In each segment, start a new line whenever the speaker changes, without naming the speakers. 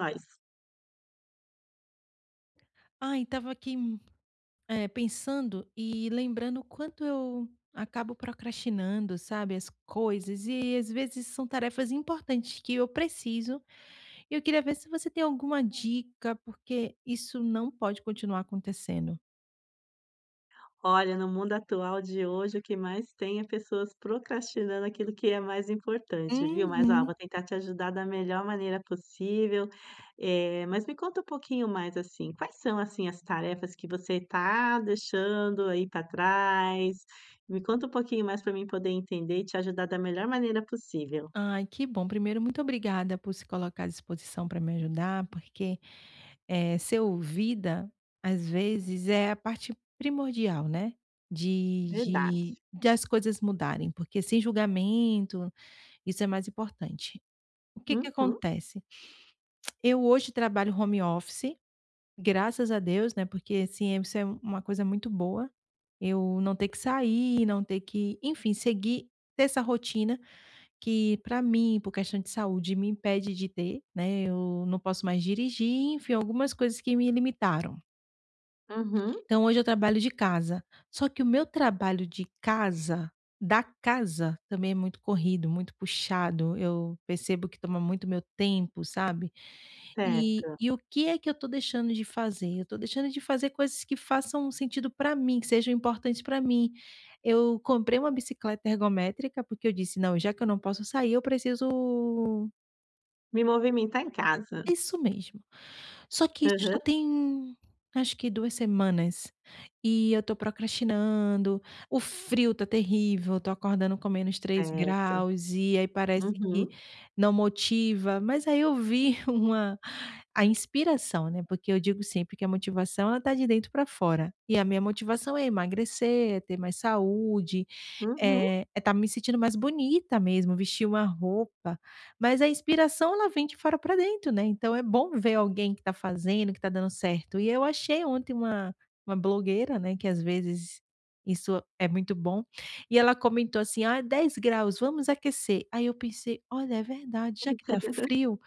Nós.
Ai, estava aqui, pensando e lembrando o quanto eu acabo procrastinando, sabe, as coisas. E às vezes são tarefas importantes que eu preciso, e eu queria ver se você tem alguma dica, porque isso não pode continuar acontecendo.
Olha, no mundo atual de hoje, o que mais tem é pessoas procrastinando aquilo que é mais importante, viu. Mas, ó,
Uhum.
vou tentar te ajudar da melhor maneira possível. Mas me conta um pouquinho mais, assim, quais são, assim, as tarefas que você está deixando aí para trás? Me conta um pouquinho mais para mim poder entender e te ajudar da melhor maneira possível.
Ai, que bom. Primeiro, muito obrigada por se colocar à disposição para me ajudar, porque ser ouvida, às vezes, é a parte primordial, né,
Verdade.
de das coisas mudarem, porque sem julgamento, isso é mais importante. O que que
Uhum,
acontece? Eu hoje trabalho home office, graças a Deus, né, porque, assim, isso é uma coisa muito boa, eu não ter que sair, não ter que enfim, seguir, ter essa rotina que para mim, por questão de saúde, me impede de ter, né. Eu não posso mais dirigir, enfim, algumas coisas que me limitaram.
uhum,
Então hoje eu trabalho de casa. Só que o meu trabalho de casa, da casa, também é muito corrido, muito puxado. Eu percebo que toma muito meu tempo, sabe?
certo.
E o que é que eu estou deixando de fazer? Eu estou deixando de fazer coisas que façam sentido para mim, que sejam importantes para mim. Eu comprei uma bicicleta ergométrica porque eu disse: não, já que eu não posso sair, eu preciso.
Me movimentar em casa.
Isso mesmo. Só que isso já
Aham,
tem, acho que 2 semanas, e eu tô procrastinando. O frio tá terrível, tô acordando com menos três
certo.
graus e aí parece que
Uhum,
não motiva. Mas aí eu vi uma a inspiração, né, porque eu digo sempre que a motivação ela tá de dentro para fora, e a minha motivação é emagrecer, é ter mais saúde,
uhum,
é estar me sentindo mais bonita mesmo, vestir uma roupa. Mas a inspiração ela vem de fora para dentro, né. Então é bom ver alguém que está fazendo, que está dando certo. E eu achei ontem uma blogueira, né, que às vezes isso é muito bom. E ela comentou assim: "Ah, 10 graus, vamos aquecer". Aí eu pensei: "Olha, é verdade, já que tá frio,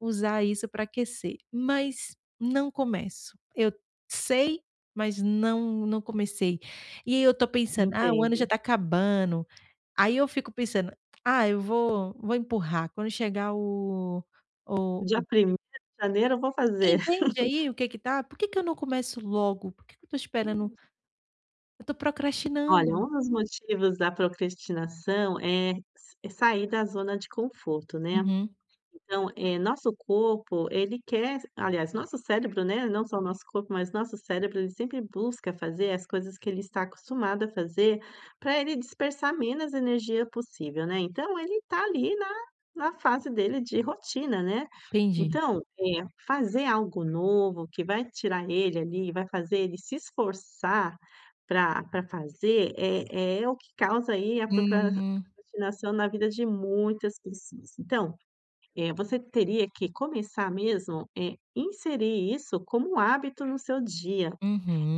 usar isso para aquecer". Mas não começo. Eu sei, mas não comecei. E aí eu tô pensando: "Ah, o ano
entendo.
já tá acabando". Aí eu fico pensando: "Ah, eu vou empurrar, quando chegar o o
Dia
o"
1 de janeiro eu vou fazer.
entende aí o que que tá? Por que que eu não começo logo? Por que que eu tô esperando? Eu tô
Olha,
procrastinando.
um dos motivos da procrastinação é s é sair da zona de conforto, né.
Uhum,
Então, é nosso corpo, ele quer aliás, nosso cérebro, né, não só o nosso corpo, mas nosso cérebro, ele sempre busca fazer as coisas que ele está acostumado a fazer, para ele dispersar menos energia possível, né. Então, ele está ali na na fase dele de rotina, né.
entendi.
Então, fazer algo novo que vai tirar ele ali, vai fazer ele se esforçar para fazer, é o que causa aí a
Hum,
procrastinação na vida de muitas pessoas. Então, é, você teria que começar mesmo, inserir isso como hábito no seu dia.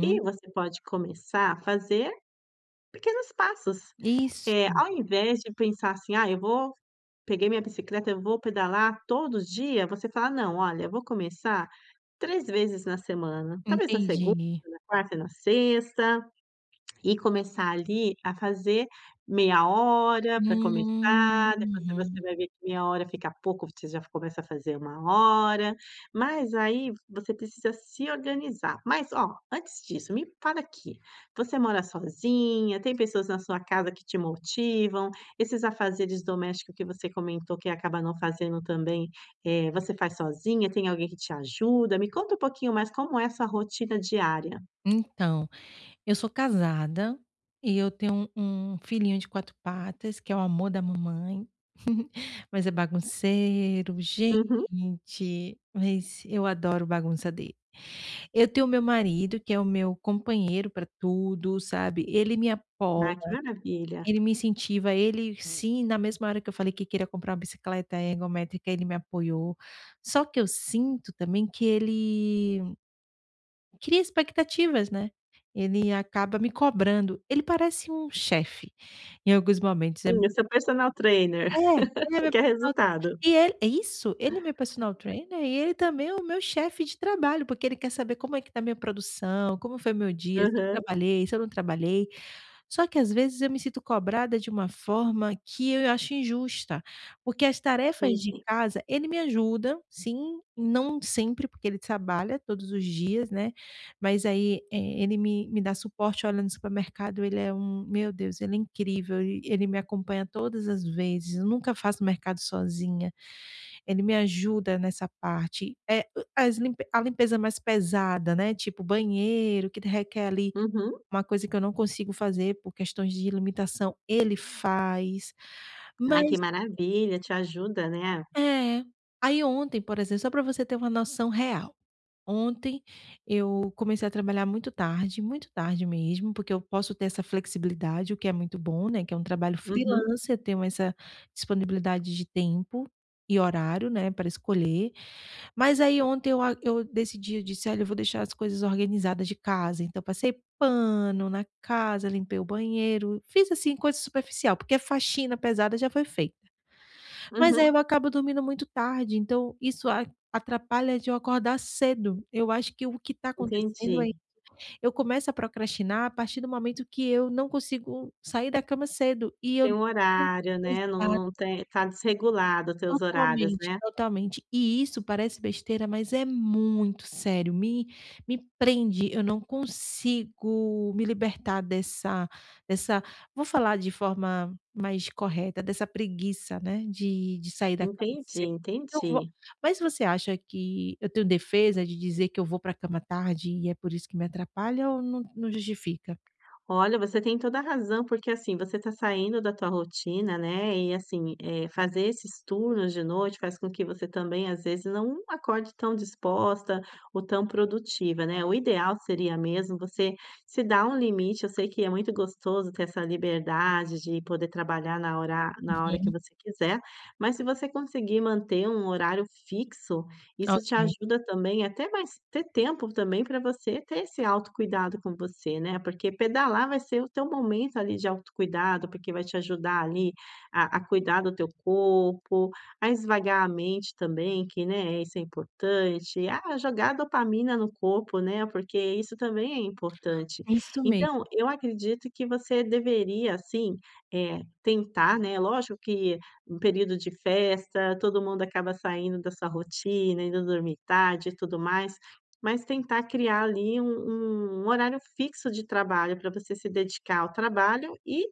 E você pode começar a fazer pequenos passos.
Isso,
Ao invés de pensar assim: "Ah, eu vou peguei minha bicicleta, eu vou pedalar todo dia", você fala: "Não, olha, eu vou começar 3 vezes na semana, talvez na segunda,
entendi.
na quarta e na sexta". E começar ali a fazer 30 minutos para começar, depois se você
Uhum.
vai ver que 30 minutos fica pouco, você já começa a fazer uma hora, mas aí você precisa se organizar. Mas ó, antes disso, me fala aqui, você mora sozinha? Tem pessoas na sua casa que te motivam? Esses afazeres domésticos que você comentou que acaba não fazendo também, você faz sozinha? Tem alguém que te ajuda? Me conta um pouquinho mais como é a sua rotina diária.
Então, eu sou casada e eu tenho um filhinho de 4 patas, que é o amor da mamãe. Mas é bagunceiro,
Uhum.
gente, mas eu adoro bagunça dele. Eu tenho meu marido, que é o meu companheiro para tudo, sabe, ele me apoia,
Ah, que maravilha.
ele me incentiva, ele sim. Na mesma hora que eu falei que queria comprar uma bicicleta ergométrica, ele me apoiou. Só que eu sinto também que ele cria expectativas, né, ele acaba me cobrando. Ele parece um chefe, em alguns momentos. É
Sim, o seu personal trainer,
É, ele é
que
meu
quer
personal,
resultado.
e ele é isso, ele é meu personal trainer, e ele também é o meu chefe de trabalho, porque ele quer saber como é que está a minha produção, como foi meu dia, se
Aham,
eu trabalhei, se eu não trabalhei. Só que às vezes eu me sinto cobrada de uma forma que eu acho injusta, porque as tarefas de
entendi.
casa, ele me ajuda, sim. Não sempre, porque ele trabalha todos os dias, né. Mas aí, ele me dá suporte. Olha, no supermercado ele é um meu Deus, ele é incrível, e ele me acompanha todas as vezes, eu nunca faço mercado sozinha, ele me ajuda nessa parte. É as limpe a limpeza mais pesada, né, tipo banheiro, que requer ali
Uhum.
uma coisa que eu não consigo fazer por questões de limitação, ele faz.
Ai, que
Mas
maravilha, te ajuda, né.
é. Aí ontem, por exemplo, só para você ter uma noção real, ontem eu comecei a trabalhar muito tarde mesmo, porque eu posso ter essa flexibilidade, o que é muito bom, né, que é um trabalho
Uhum,
freelance, eu tenho essa disponibilidade de tempo e horário, né, para escolher. Mas aí ontem eu decidi, eu disse: "Olha, eu vou deixar as coisas organizadas de casa". Então passei pano na casa, limpei o banheiro, fiz, assim, coisa superficial, porque a faxina pesada já foi feita. Mas aí,
uhum,
uhum, eu acabo dormindo muito tarde, então isso a atrapalha de eu acordar cedo. Eu acho que o que está acontecendo é
entendi.
eu começo a procrastinar a partir do momento que eu não consigo sair da cama cedo, e eu.
Tem um horário, né, não tem tá desregulado os teus horários,
Totalmente,
né.
totalmente. E isso parece besteira, mas é muito sério, me prende, eu não consigo me libertar dessa vou falar de forma mais correta, dessa preguiça, né, de sair da cama
Entendi,
cedo. Eu vou
entendi.
Mas você acha que eu tenho defesa de dizer que eu vou para a cama tarde e é por isso que me atrapalha, ou não justifica?
Olha, você tem toda a razão, porque assim, você está saindo da tua rotina, né? E assim, fazer esses turnos de noite faz com que você também, às vezes, não acorde tão disposta ou tão produtiva, né? O ideal seria mesmo você se dar um limite. Eu sei que é muito gostoso ter essa liberdade de poder trabalhar na hora que
Uhum.
você quiser, mas se você conseguir manter um horário fixo, isso te
Ok,
ajuda também até mais ter tempo também para você ter esse autocuidado com você, né, porque pedalar vai ser o teu momento ali de autocuidado, porque vai te ajudar ali a cuidar do teu corpo, a esvagar a mente também, que, né, isso é importante, a jogar dopamina no corpo, né, porque isso também é importante.
isso mesmo.
Então, eu acredito que você deveria, assim, tentar, né, lógico que um período de festa, todo mundo acaba saindo da sua rotina, indo dormir tarde e tudo mais, mas tentar criar ali um horário fixo de trabalho para você se dedicar ao trabalho e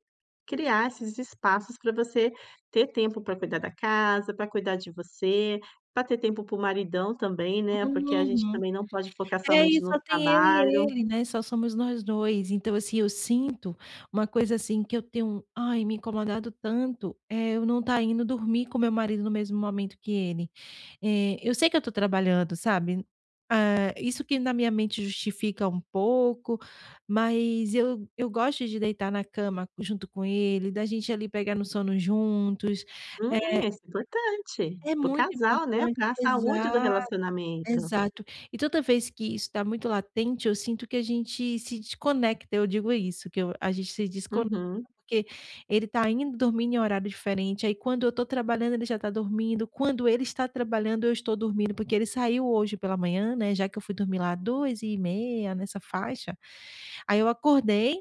criar esses espaços para você ter tempo para cuidar da casa, para cuidar de você, para ter tempo para o maridão também, né, porque a gente
Uhum.
também não pode focar
É, e
somente no
só tem eu e
trabalho.
ele, né, só somos nós 2. Então, assim, eu sinto uma coisa, assim, que eu tenho, um, ai, me incomodado tanto, é eu não tá indo dormir com meu marido no mesmo momento que ele. Eu sei que eu tô trabalhando, sabe, isso que na minha mente justifica um pouco, mas eu gosto de deitar na cama junto com ele, da gente ali pegar no sono juntos.
Uhum,
É,
isso é importante,
é
para o
muito
casal, né,
importante.
para a saúde do
Exato.
relacionamento.
Exato. E toda vez que isso está muito latente, eu sinto que a gente se desconecta, eu digo isso, que eu, a gente se desconecta,
Uhum.
porque ele está indo dormir em horário diferente. Aí quando eu estou trabalhando ele já está dormindo, quando ele está trabalhando eu estou dormindo, porque ele saiu hoje pela manhã, né, já que eu fui dormir lá 2h30 nessa faixa. Aí eu acordei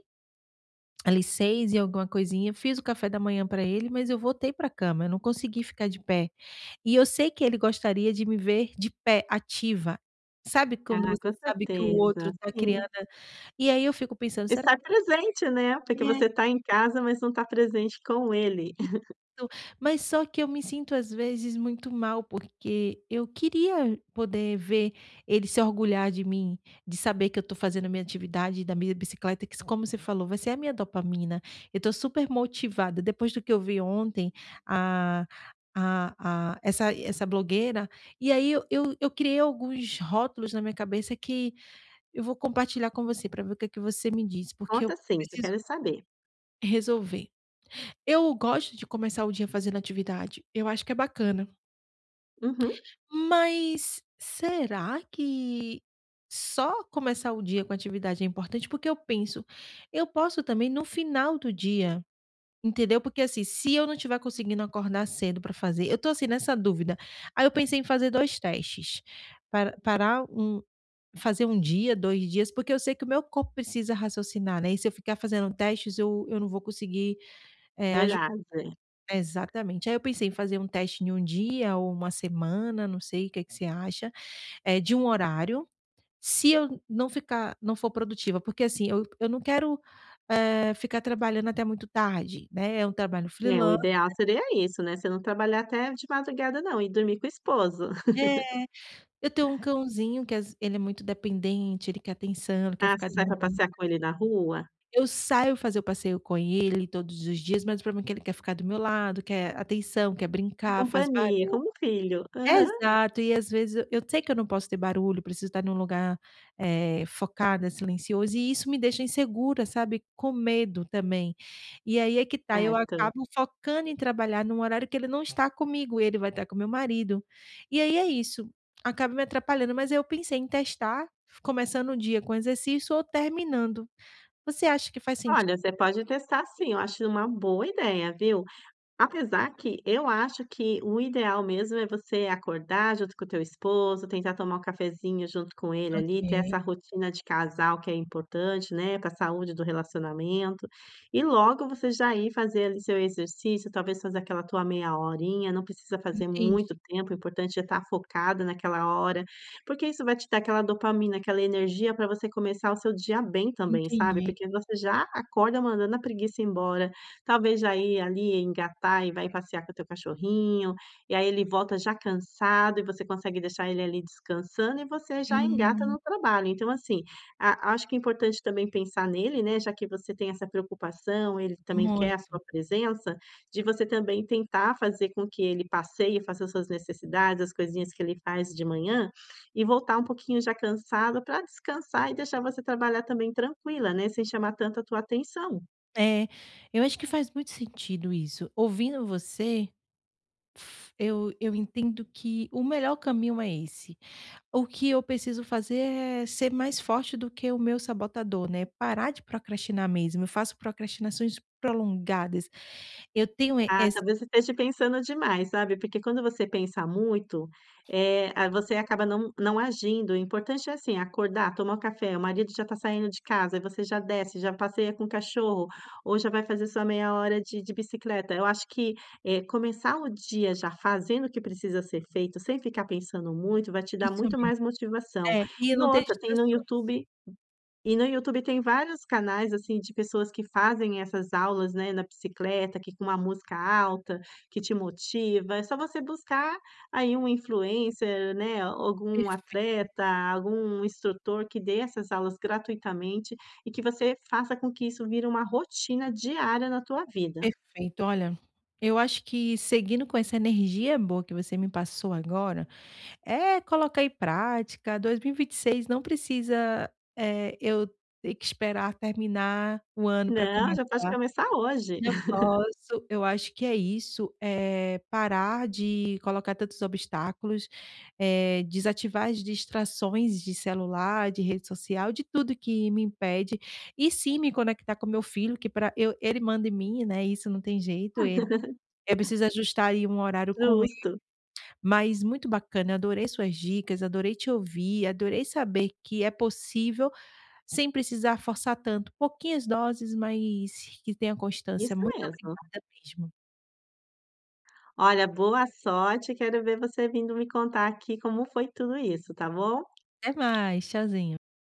ali 6 e alguma coisinha, fiz o café da manhã para ele, mas eu voltei para a cama, eu não consegui ficar de pé. E eu sei que ele gostaria de me ver de pé, ativa. Sabe quando
Ah,
você
com
sabe que o outro
certeza,
tá criando,
sim.
e aí eu fico pensando: "Será
Estar
que".
presente, né, porque
É.
você está em casa, mas não está presente com ele.
Isso, mas só que eu me sinto às vezes muito mal, porque eu queria poder ver ele se orgulhar de mim, de saber que eu estou fazendo a minha atividade da minha bicicleta, que como você falou, vai ser a minha dopamina. Eu estou super motivada. Depois do que eu vi ontem, a essa blogueira, e aí eu criei alguns rótulos na minha cabeça que eu vou compartilhar com você, para ver o que é que você me diz, porque eu
Conta sim, que eu
preciso
quero saber.
resolver. Eu gosto de começar o dia fazendo atividade, eu acho que é bacana,
Uhum,
mas será que só começar o dia com atividade é importante? Porque eu penso, eu posso também no final do dia, entendeu? Porque, assim, se eu não estiver conseguindo acordar cedo para fazer, eu tô, assim, nessa dúvida. Aí eu pensei em fazer 2 testes, para parar um, fazer 1 dia, 2 dias, porque eu sei que o meu corpo precisa raciocinar, né, e se eu ficar fazendo testes eu não vou conseguir, eh,
verdade.
exatamente. Aí eu pensei em fazer um teste em um dia ou uma semana, não sei, o que que você acha, de um horário, se eu não for produtiva, porque assim, eu não quero, ficar trabalhando até muito tarde, né, é um trabalho
É, o
freelance.
ideal seria isso, né, você não trabalhar até de madrugada não e dormir com o esposo.
É, eu tenho um cãozinho que as ele é muito dependente, ele quer atenção, ele quer
Ah, você
ficar do
sai
meu
para
lado.
passear com ele na rua?
Eu saio fazer o passeio com ele todos os dias, mas o problema é que ele quer ficar do meu lado, quer atenção, quer
Com
brincar, faz.
companhia, como um filho. Aham,
Exato, e às vezes eu sei que eu não posso ter barulho, preciso estar num lugar, focada, silencioso, e isso me deixa insegura, sabe, com medo também. E aí é que tá, eu
certo.
acabo focando em trabalhar num horário que ele não está comigo, ele vai estar com meu marido. E aí é isso, acaba me atrapalhando, mas eu pensei em testar, começando o dia com exercício ou terminando. Você acha que faz sentido?
Olha, você pode testar sim, eu acho uma boa ideia, viu. Apesar que eu acho que o ideal mesmo é você acordar junto com o teu esposo, tentar tomar um cafezinho junto com ele ali, ter essa
Ok,
rotina de casal que é importante, né, para a saúde do relacionamento. E logo você já ir fazer ali seu exercício, talvez fazer aquela tua meia horinha, não precisa fazer
entendi,
muito tempo, o importante é estar focada naquela hora, porque isso vai te dar aquela dopamina, aquela energia para você começar o seu dia bem também, sabe?
entendi.
Porque você já acorda mandando a preguiça embora. Talvez já ir ali engatar e vai passear com o teu cachorrinho, e aí ele volta já cansado e você consegue deixar ele ali descansando e você já engata
Hum,
no trabalho. Então, assim, a acho que é importante também pensar nele, né, já que você tem essa preocupação, ele também quer a
muito.
sua presença, de você também tentar fazer com que ele passeie, faça suas necessidades, as coisinhas que ele faz de manhã, e voltar um pouquinho já cansado para descansar e deixar você trabalhar também tranquila, né, sem chamar tanto a tua atenção.
É, eu acho que faz muito sentido isso. Ouvindo você, eu entendo que o melhor caminho é esse. O que eu preciso fazer é ser mais forte do que o meu sabotador, né? Parar de procrastinar mesmo. Eu faço procrastinações prolongadas. Eu tenho
Ah,
esse.
talvez você esteja pensando demais, sabe, porque quando você pensa muito, você acaba não agindo. O importante é, assim, acordar, tomar o café, o marido já está saindo de casa, aí você já desce, já passeia com o cachorro, ou já vai fazer sua 30 minutos de bicicleta. Eu acho que, começar o dia já fazendo o que precisa ser feito, sem ficar pensando muito, vai te dar
Isso
muito
mesmo.
mais motivação.
É, e
E
não ter
outra, tem no
distrações.
YouTube e no YouTube tem vários canais, assim, de pessoas que fazem essas aulas, né, na bicicleta, que com uma música alta, que te motiva, é só você buscar aí um influencer, né, algum
Perfe-
atleta, algum instrutor que dê essas aulas gratuitamente e que você faça com que isso vire uma rotina diária na tua vida.
Perfeito. Olha, eu acho que seguindo com essa energia boa que você me passou agora. É, colocar em prática, 2026 não precisa, eu ter que esperar terminar o ano para
Não,
começar.
já pode começar hoje.
Já posso, eu acho que é isso, parar de colocar tantos obstáculos, desativar as distrações de celular, de rede social, de tudo que me impede, e sim me conectar com meu filho que para eu, ele manda em mim, né, isso não tem jeito, ele, eu preciso ajustar aí um horário com.
Justo.
Mas muito bacana, adorei suas dicas, adorei te ouvir, adorei saber que é possível sem precisar forçar tanto, pouquinhas doses, mas que tenha constância.
Isso
Muito
mesmo.
obrigada mesmo.
Olha, boa sorte, quero ver você vindo me contar aqui como foi tudo isso, tá bom?
Até mais, tchauzinho.